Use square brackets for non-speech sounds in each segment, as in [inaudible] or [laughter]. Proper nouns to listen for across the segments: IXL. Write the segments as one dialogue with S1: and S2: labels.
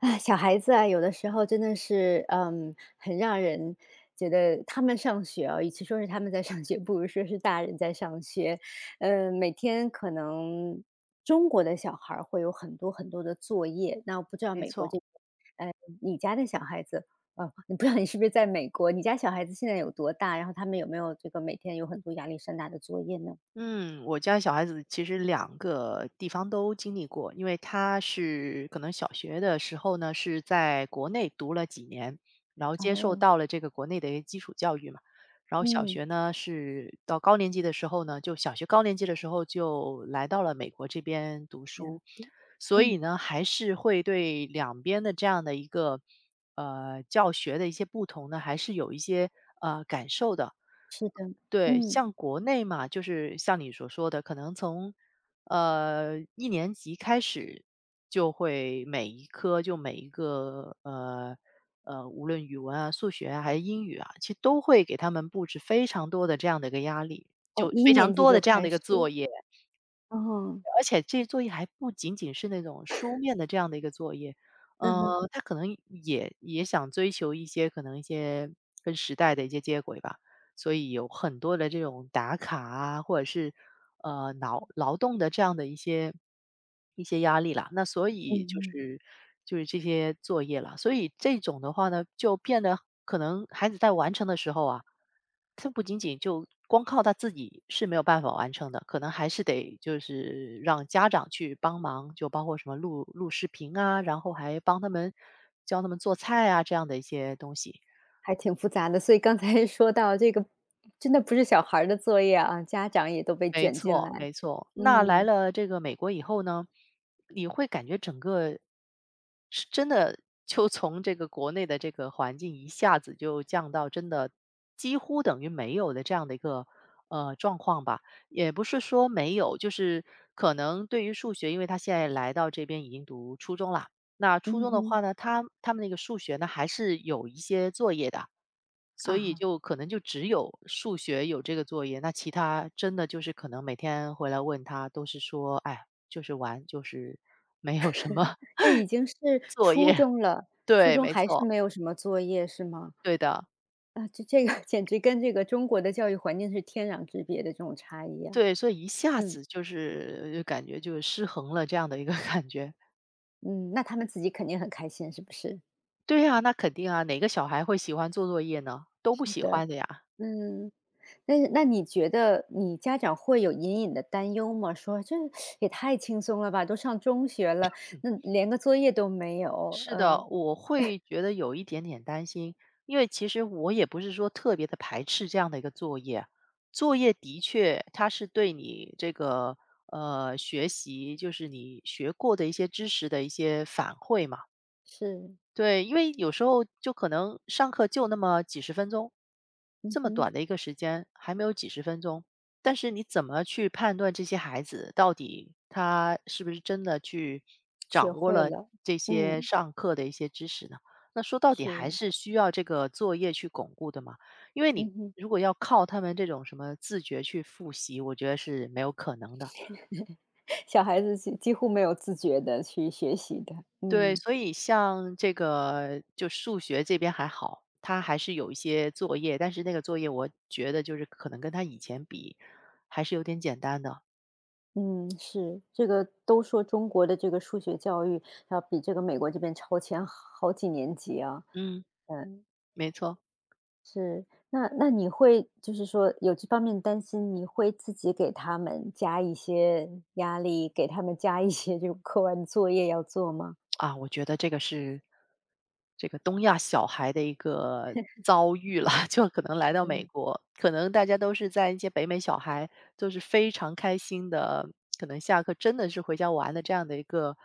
S1: 啊，小孩子啊，有的时候真的是，很让人觉得他们上学啊，与其说是他们在上学，不如说是大人在上学。每天可能中国的小孩儿会有很多很多的作业，那我不知道
S2: 没
S1: 美国
S2: 错。
S1: 这边你家的小孩子，你不知道你是不是在美国，你家小孩子现在有多大？然后他们有没有这个每天有很多压力山大的作业呢？
S2: 嗯，我家小孩子其实两个地方都经历过，因为他是可能小学的时候呢是在国内读了几年，然后接受
S1: 哦，
S2: 到了这个国内的一些基础教育嘛，然后小
S1: 嗯，
S2: 学呢是到高年级的时候呢，就小学高年级的时候就来到了美国这边读
S1: 了
S2: 书，
S1: 解，
S2: 所以
S1: 嗯，
S2: 呢还是会对两边的这样的一个教学的一些不同呢，还是有一些感受的。
S1: 是的，
S2: 对，
S1: 嗯，
S2: 像国内嘛，就是像你所说的，可能从一年级开始就会每一科就每一个无论语文啊、数学啊还是英语啊，其实都会给他们布置非常多的这样的一个压力，
S1: 哦，
S2: 就
S1: 一
S2: 非常
S1: 年级
S2: 多的
S1: 就
S2: 这样的
S1: 开
S2: 一个
S1: 始。
S2: 作业，
S1: 哦，
S2: 而且这些作业还不仅仅是那种书面的这样的一个作业，
S1: 嗯
S2: 呃，
S1: 哼，
S2: 他可能也想追求一些可能一些跟时代的一些接轨吧。所以有很多的这种打卡啊，或者是劳动的这样的一些一些压力啦。那所
S1: 嗯
S2: 以就
S1: 嗯，
S2: 是就是这些作业啦，所以这种的话呢，就变得可能孩子在完成的时候啊，他不仅仅就光靠他自己是没有办法完成的，可能还是得就是让家长去帮忙，就包括什么录视频啊，然后还帮他们教他们做菜啊这样的一些东西。
S1: 还挺复杂的。所以刚才 [laughs] 说到这个，真的不是小孩儿的作业啊，家长也都被
S2: 没
S1: 卷进
S2: 错，
S1: 来。
S2: 没错。那来
S1: 嗯，
S2: 了这个美国以后呢，你会感觉整个是真的就从这个国内的这个环境一下子就降到真的几乎等于没有的这样的一个状况吧。也不是说没有，就是可能对于数学，因为他现在来到这边已经读初中了。那初
S1: 嗯
S2: 中的
S1: 哼，
S2: 话呢，他们那个数学呢还是有一些作业的，所
S1: 啊
S2: 以
S1: 哈，
S2: 就可能就只有数学有这个作业，那其他真的就是可能每天回来问他都是说，哎，就是玩，就是没有什么
S1: 这已经是
S2: [laughs] 作
S1: 初
S2: 业。
S1: 中了，初
S2: 对，
S1: 中
S2: 没
S1: 还是
S2: 错，
S1: 没有什么作业是吗？
S2: 对的，
S1: 啊，这个 [laughs] 简直跟这个中国的教育环境是天壤之别的这种差异啊。
S2: 对，所以一下
S1: 嗯，
S2: 子就感觉就是失衡了这样的一个 [laughs] 感觉。
S1: 嗯，那他们自己肯定很开心，是不是？
S2: 对呀，那肯定啊，哪个小孩会喜欢做作业呢？都不
S1: 是
S2: 喜
S1: 的，
S2: 欢的呀。
S1: 嗯。那你觉得你家长会有隐隐的担忧吗？说这也太轻松了吧，都上中学了，那连个作业都没有。
S2: 是的，
S1: 嗯，
S2: 我会觉得有一点点担心，因为其实我也不是说特别的排斥这样的一个作业。作业的确它是对你这个，学习就是你学过的一些知识的一些反馈嘛。
S1: 是，
S2: 对，因为有时候就可能上课就那么几十分钟，这
S1: 嗯
S2: 么短
S1: 哼，
S2: 的一个时间，还没有几十分钟，但是你怎么去判断这些孩子到底他是不是真的去
S1: 学
S2: 掌握
S1: 会
S2: 了
S1: 了，
S2: 这些
S1: 嗯，
S2: 上课的一些知识呢？那说到底还
S1: 是，
S2: 是需要这个作业去巩固的嘛，因为你
S1: 嗯哼，
S2: 如果要靠他们这种什么自觉去复习，我觉得是没有可能的。
S1: 小孩子几乎没有自觉的去学习的，
S2: 对，
S1: 嗯。
S2: 所以像这个就数学这边还好，他还是有一些作业，但是那个作业我觉得就是可能跟他以前比，还是有点简单的。
S1: 嗯，是，这个都说中国的这个数学教育要比这个美国这边超前好几年级啊，
S2: 嗯，
S1: 嗯。
S2: 没错。
S1: 是，那你会就是说有这方面的担心，你会自己给他们加一些压力，给他们加一些就课外的作业要做吗？
S2: 啊，我觉得这个是这个东亚小孩的一个遭遇了，[laughs] 就可能来到美
S1: 嗯，
S2: 国，可能大家都是在一些北美小孩都是非常开心的，可能下课真的是回家玩的这样的一个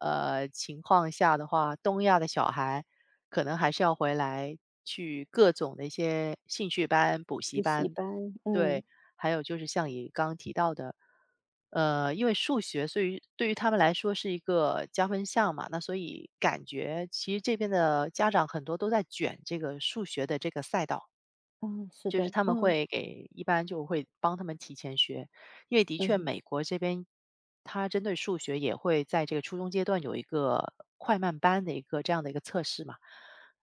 S2: 情况下的话，东亚的小孩可能还是要回来去各种的一些兴趣班、补习
S1: 补习
S2: 班，
S1: 班，嗯，
S2: 对，还有就是像你刚刚提到的，因为数学，所以对于他们来说是一个加分项嘛，那所以感觉其实这边的家长很多都在卷这个数学的这个赛道，
S1: 嗯，是
S2: 就是
S1: 的，
S2: 他们
S1: 嗯，
S2: 会给一般就会帮他们提前学，因为的
S1: 嗯
S2: 确
S1: 哼
S2: 美国这边它针对数学也会在这个初中阶段有一个快慢班的一个这样的一个测试嘛。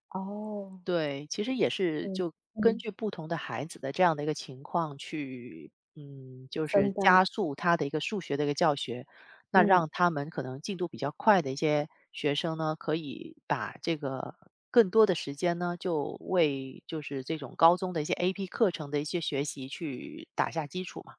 S1: 哦，
S2: 对，其实也是
S1: 嗯，
S2: 就根
S1: 嗯，
S2: 据不同的孩子的这样的一个情况去，嗯，就
S1: 分
S2: 是
S1: 班，
S2: 加速他的一个数学的一个教学，那
S1: 嗯，
S2: 让他们可能进度比较快的一些学生呢，可以把这个更多的时间呢，就是这种高中的一些 AP 课程的一些学习去打下基础嘛。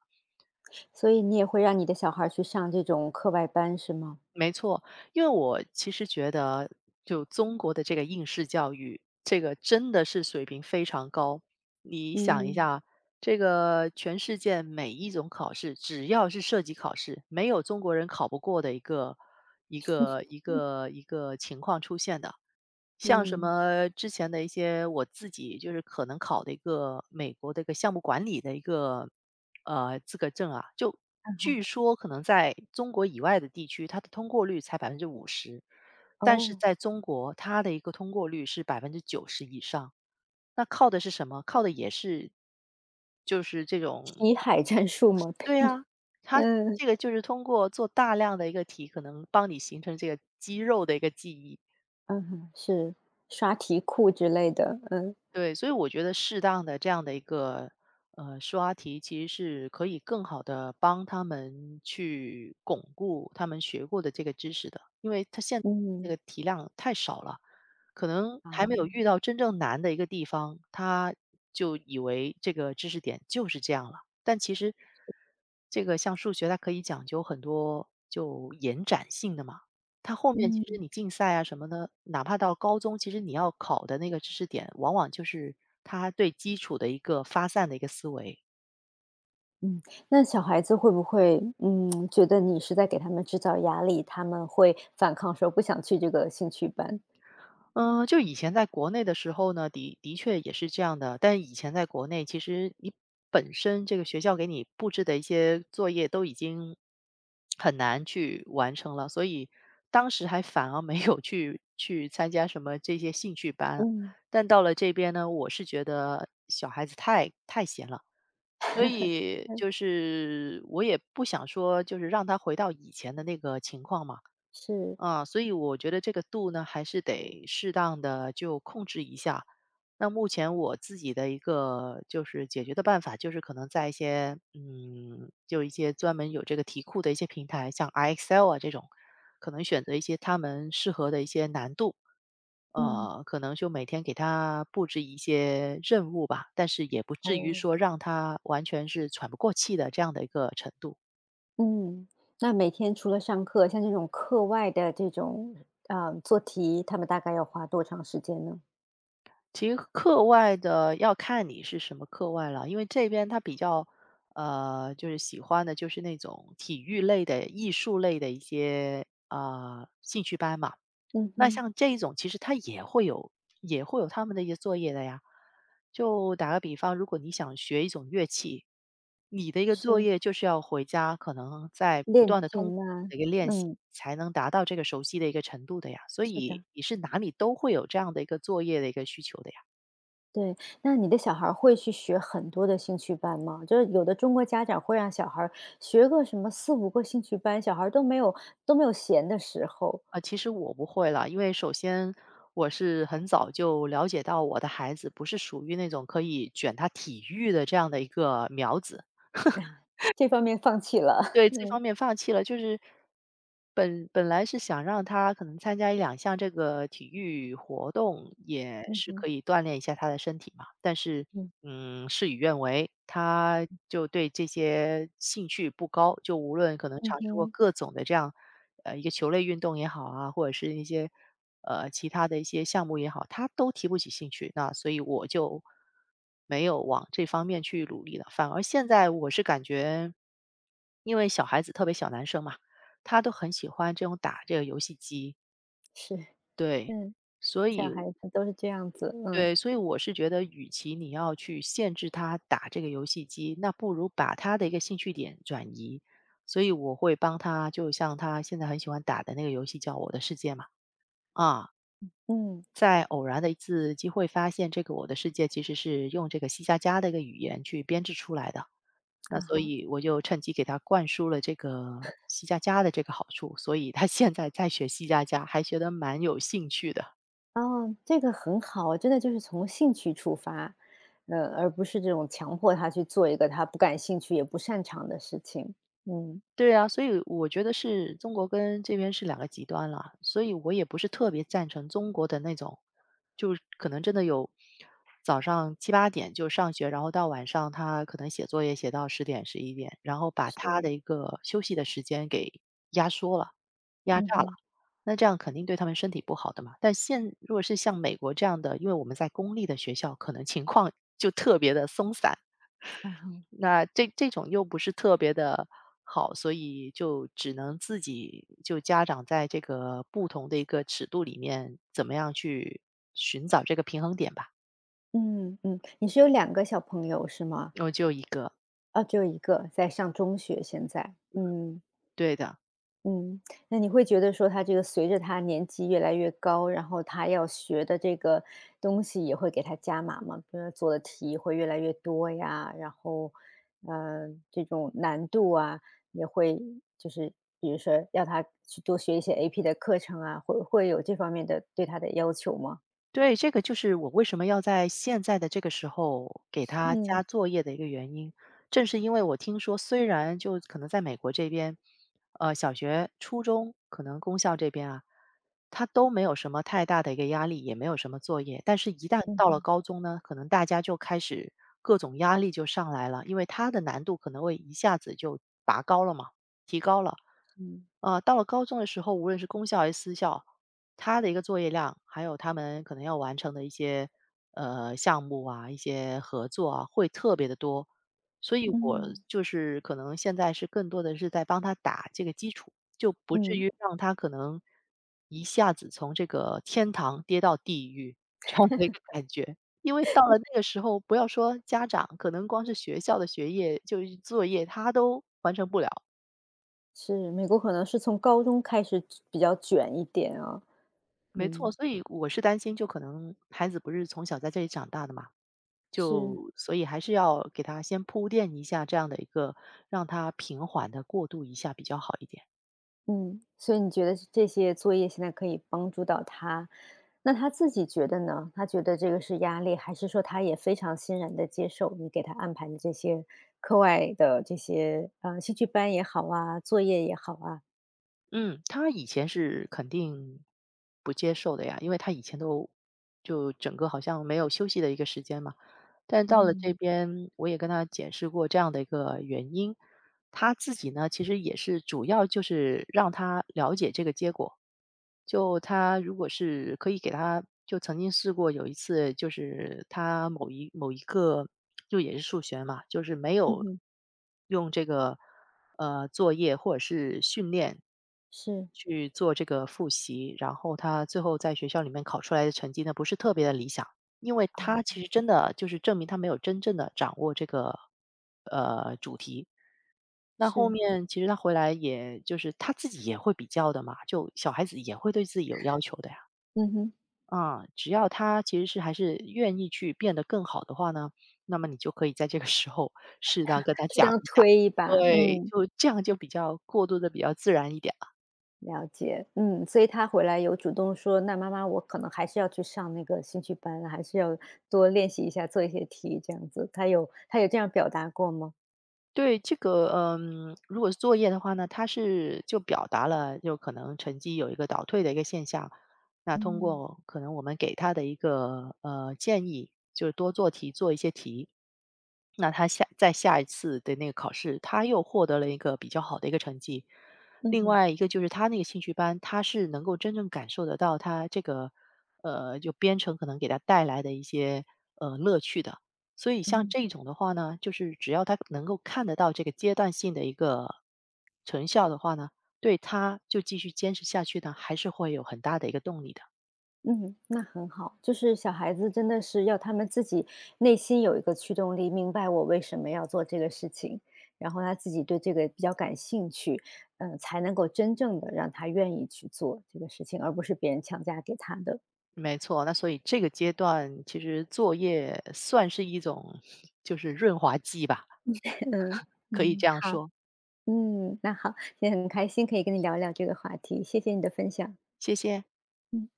S1: 所以你也会让你的小孩儿去上这种课外班是吗？
S2: 没错，因为我其实觉得，就中国的这个应试教育，这个真的是水平非常高。你想一
S1: 嗯，
S2: 下，这个全世界每一种考试，只要是涉及考试，没有中国人考不过的一个情况出现的。像什
S1: 嗯，
S2: 么之前的一些我自己就是可能考的一个美国的一个项目管理的一个资格证啊，就
S1: 看好，
S2: 据说可能在中国以外的地区，它的通过率才50%，但是
S1: 哦，
S2: 在中国它的一个通过率是90%以上。那靠的是什么？靠的也是就是这种，
S1: 题海战术吗？
S2: 对啊，
S1: [laughs]
S2: 它
S1: 嗯，
S2: 这个就是通过做大量的一个题，可能帮你形成这个肌肉的一个记忆。
S1: 嗯哼是刷题库之类的，嗯，
S2: 对，所以我觉得适当的这样的一个刷题，其实是可以更好的帮他们去巩固他们学过的这个知识的，因为他现那
S1: 嗯。
S2: 个题量太少了，可能还没有
S1: 啊，
S2: 遇到真正难的一个地方，他就以为这个知识点就是这样了。但其实这个像数学，它可以讲究很多就延展性的嘛，他后面
S1: 嗯
S2: 其实你竞赛啊什么的，哪怕到高中，其实你要考的那个知识点，往往就是他对基础的一个发散的一个思维。
S1: 嗯，那小孩子会不会，觉得你是在给他们制造压力，他们会反抗说不想去这个兴趣班？
S2: 嗯，就以前在国内的时候呢，的确也是这样的。但以前在国内，其实你本身这个学校给你布置的一些作业都已经很难去完成了，所以当时还反而没有去参加什么这些兴趣班。
S1: 嗯，
S2: 但到了这边呢，我是觉得小孩子太闲了。所以
S1: 嗯，
S2: 就是我也不想说，就是让他回到以前的那个情况嘛，
S1: 是，
S2: 啊，所以我觉得这个度呢，还是得适当的就控制一下。那目前我自己的一个就是解决的办法，就是可能在一些嗯，就一些专门有这个题库的一些平台，像 IXL 啊这种，可能选择一些他们适合的一些难度，
S1: 嗯，
S2: 可能就每天给他布置一些任务吧，但是也不至于
S1: 哦，
S2: 说让他完全是喘不过气的这样的一个程度。
S1: 嗯，那每天除了上课，像这种课外的这种，做题，他们大概要花多长时间呢？
S2: 其实课外的要看你是什么课外了，因为这边他比较就是喜欢的就是那种体育类的、艺术类的一些啊、兴趣班嘛。
S1: 嗯
S2: 那
S1: 哼，
S2: 像这一种，其实它也会有他们的一些作业的呀。就打个比方，如果你想学一种乐器，你的一个作
S1: 是，
S2: 业就是要回家，可能在不
S1: 练
S2: 断的通过
S1: 琴呐，
S2: 的一个练习，
S1: 嗯，
S2: 才能达到这个熟悉的一个程度的呀。所
S1: 是
S2: 以
S1: 的。
S2: 你是哪里都会有这样的一个作业的一个需求的呀。
S1: 对，那你的小孩儿会去学很多的兴趣班吗？就是有的中国家长会让小孩儿学个什么四五个兴趣班，小孩儿都没有闲的时候，
S2: 啊，其实我不会了，因为首先我是很早就了解到我的孩子不是属于那种可以卷他体育的这样的一个苗子。
S1: 这方面放弃了。
S2: 对，
S1: [laughs]
S2: 这方
S1: 嗯，
S2: 面放弃了，就是本来是想让他可能参加1到2项这个体育活动，也
S1: 嗯
S2: 是可
S1: 哼，
S2: 以锻炼一下他的身体嘛。但是，
S1: 嗯，
S2: 事与愿违，他就对这些兴趣不高，就无论可能
S1: 嗯
S2: 尝试过
S1: 哼，
S2: 各种的这样，一个球类运动也好啊，或者是一些其他的一些项目也好，他都提不起兴趣。那所以我就没有往这方面去努力了。反而现在我是感觉，因为小孩子，特别小男生嘛，他都很喜欢这种打这个游戏机。
S1: 是，
S2: 对，
S1: 嗯，
S2: 所
S1: 小
S2: 以
S1: 孩子都是这样子，嗯，
S2: 对，所以我是觉得，与其你要去限制他打这个游戏机，那不如把他的一个兴趣点转移。所以我会帮他，就像他现在很喜欢打的那个游戏叫《我的世界》嘛，啊，
S1: 嗯，
S2: 在偶然的一次机会发现，这个《我的世界》其实是用这个西加加的一个语言去编制出来的。那
S1: 啊
S2: 所
S1: 好
S2: 以我就趁机给他灌输了这个西加加的这个好处，所以他现在在学西加加，还学得蛮有兴趣的。
S1: 哦，这个很好，真的就是从兴趣出发，而不是这种强迫他去做一个他不感兴趣也不擅长的事情。嗯，
S2: 对啊，所以我觉得是中国跟这边是两个极端了，所以我也不是特别赞成中国的那种，就是可能真的有早上7、8点就上学，然后到晚上他可能写作业写到10点11点，然后把他
S1: 是，
S2: 的一个休息的时间给压缩了、压
S1: 嗯
S2: 榨了，
S1: 哼，
S2: 那这样肯定对他们身体不好的嘛。但现如果是像美国这样的，因为我们在公立的学校，可能情况就特别的松散，
S1: 啊好。
S2: 那这这种又不是特别的好，所以就只能自己就家长在这个不同的一个尺度里面，怎么样去寻找这个平衡点吧。
S1: 嗯嗯，你是有两个小朋友是吗？
S2: 我就一个，
S1: 啊，只有一个，在上中学现在。嗯
S2: 对的。
S1: 嗯，那你会觉得说他这个随着他年纪越来越高，然后他要学的这个东西也会给他加码吗？比如说做的题会越来越多呀，然后，这种难度啊，也会就是比如说要他去多学一些 AP 的课程啊，会有这方面的对他的要求吗？
S2: 对，这个就是我为什么要在现在的这个时候给他加
S1: 嗯，
S2: 作业的一个原因。正是因为我听说，虽然就可能在美国这边，小学、初中可能公校这边啊，他都没有什么太大的一个压力，也没有什么作业。但是，一旦
S1: 嗯
S2: 到了
S1: 嗯
S2: 高中呢，可能大家就开始各种压力就上来了，因为它的难度可能会一下子就拔高了嘛，提高了。
S1: 嗯，
S2: 啊，到了高中的时候，无论是公校还是私校，他的一个作业量，还有他们可能要完成的一些项目啊、一些合作啊，会特别的多。所以我
S1: 嗯，
S2: 就是可能现在是更多的是在帮他打这个基础，就不至
S1: 嗯。
S2: 于让他可能一下子从这个天堂跌到地狱这样的一个感觉。因为到了那个时候，不要说家长，可能光是学校的学业就是作业，他都完成不了。
S1: 是，美国可能是从高中开始比较卷一点啊，
S2: 没错，
S1: 嗯，
S2: 所以我是担心，就可能孩子不是从小在这里长大的嘛，
S1: 是，
S2: 就所以还是要给他先铺垫一下这样的一个，让他平缓的过渡一下比较好一点。
S1: 嗯，所以你觉得这些作业现在可以帮助到他，那他自己觉得呢？他觉得这个是压力，还是说他也非常欣然的接受你给他安排的这些课外的这些，兴趣班也好啊，作业也好啊？
S2: 嗯，他以前是肯定不接受的呀，因为他以前都就整个好像没有休息的一个时间嘛。但到了这
S1: 嗯，
S2: 边，我也跟他解释过这样的一个原因，他自己呢其实也是主要就是让他了解这个结果，就他如果是可以给他就曾经试过有一次，就是他某一个就也是数学嘛，就是没
S1: 嗯
S2: 有
S1: 哼，
S2: 用这个作业或者是训练
S1: 是，
S2: 去做这个复习，然后他最后在学校里面考出来的成绩呢，不是特别的理想，因为他
S1: 啊，
S2: 其实真的就是证明他没有真正的掌握这个主题，那后
S1: 是，
S2: 面其实他回来也就是他自己也会比较的嘛，就小孩子也会对自己有要求的呀。
S1: 嗯哼，
S2: 啊，只要他其实是还是愿意去变得更好的话呢，那么你就可以在这个时候适当跟他
S1: 适
S2: 讲
S1: 当
S2: 一下。
S1: 推一把，
S2: 对，
S1: 嗯。
S2: 就这样就比较过渡的比较自然一点。
S1: 了解，嗯，所以他回来有主动说：“那妈妈，我可能还是要去上那个兴趣班，还是要多练习一下，做一些题这样子。”他有这样表达过吗？
S2: 对，这个，嗯，如果是作业的话呢，他是就表达了就可能成绩有一个倒退的一个现象。那通
S1: 嗯，
S2: 过可能我们给他的一个建议，就是多做题，做一些题。那他在下一次的那个考试，他又获得了一个比较好的一个成绩。
S1: 嗯
S2: 另
S1: 哼
S2: 外一个就是他那个兴趣班，他是能够真正感受得到他这个就编程可能给他带来的一些乐趣的。所以像
S1: 嗯，
S2: 这种的话呢，就是只要他能够看得到这个阶段性的一个成效的话呢，对他就继续坚持下去呢，还是会有很大的一个动力的。
S1: 嗯，那很好。就是小孩子真的是要他们自己内心有一个驱动力，明白我为什么要做这个事情，然后他自己对这个比较感兴趣，嗯、才能够真正的让他愿意去做这个事情，而不是别人强加给他的。
S2: 没错，那所以这个阶段其实作业算是一种 [laughs] 就是润滑剂吧，
S1: [laughs] 嗯
S2: 可以
S1: 嗯，
S2: 这样
S1: 好。
S2: 说。
S1: 嗯，那好，今天很开心可以跟你聊一聊这个话题，谢谢你的分享。
S2: 谢谢。
S1: 嗯。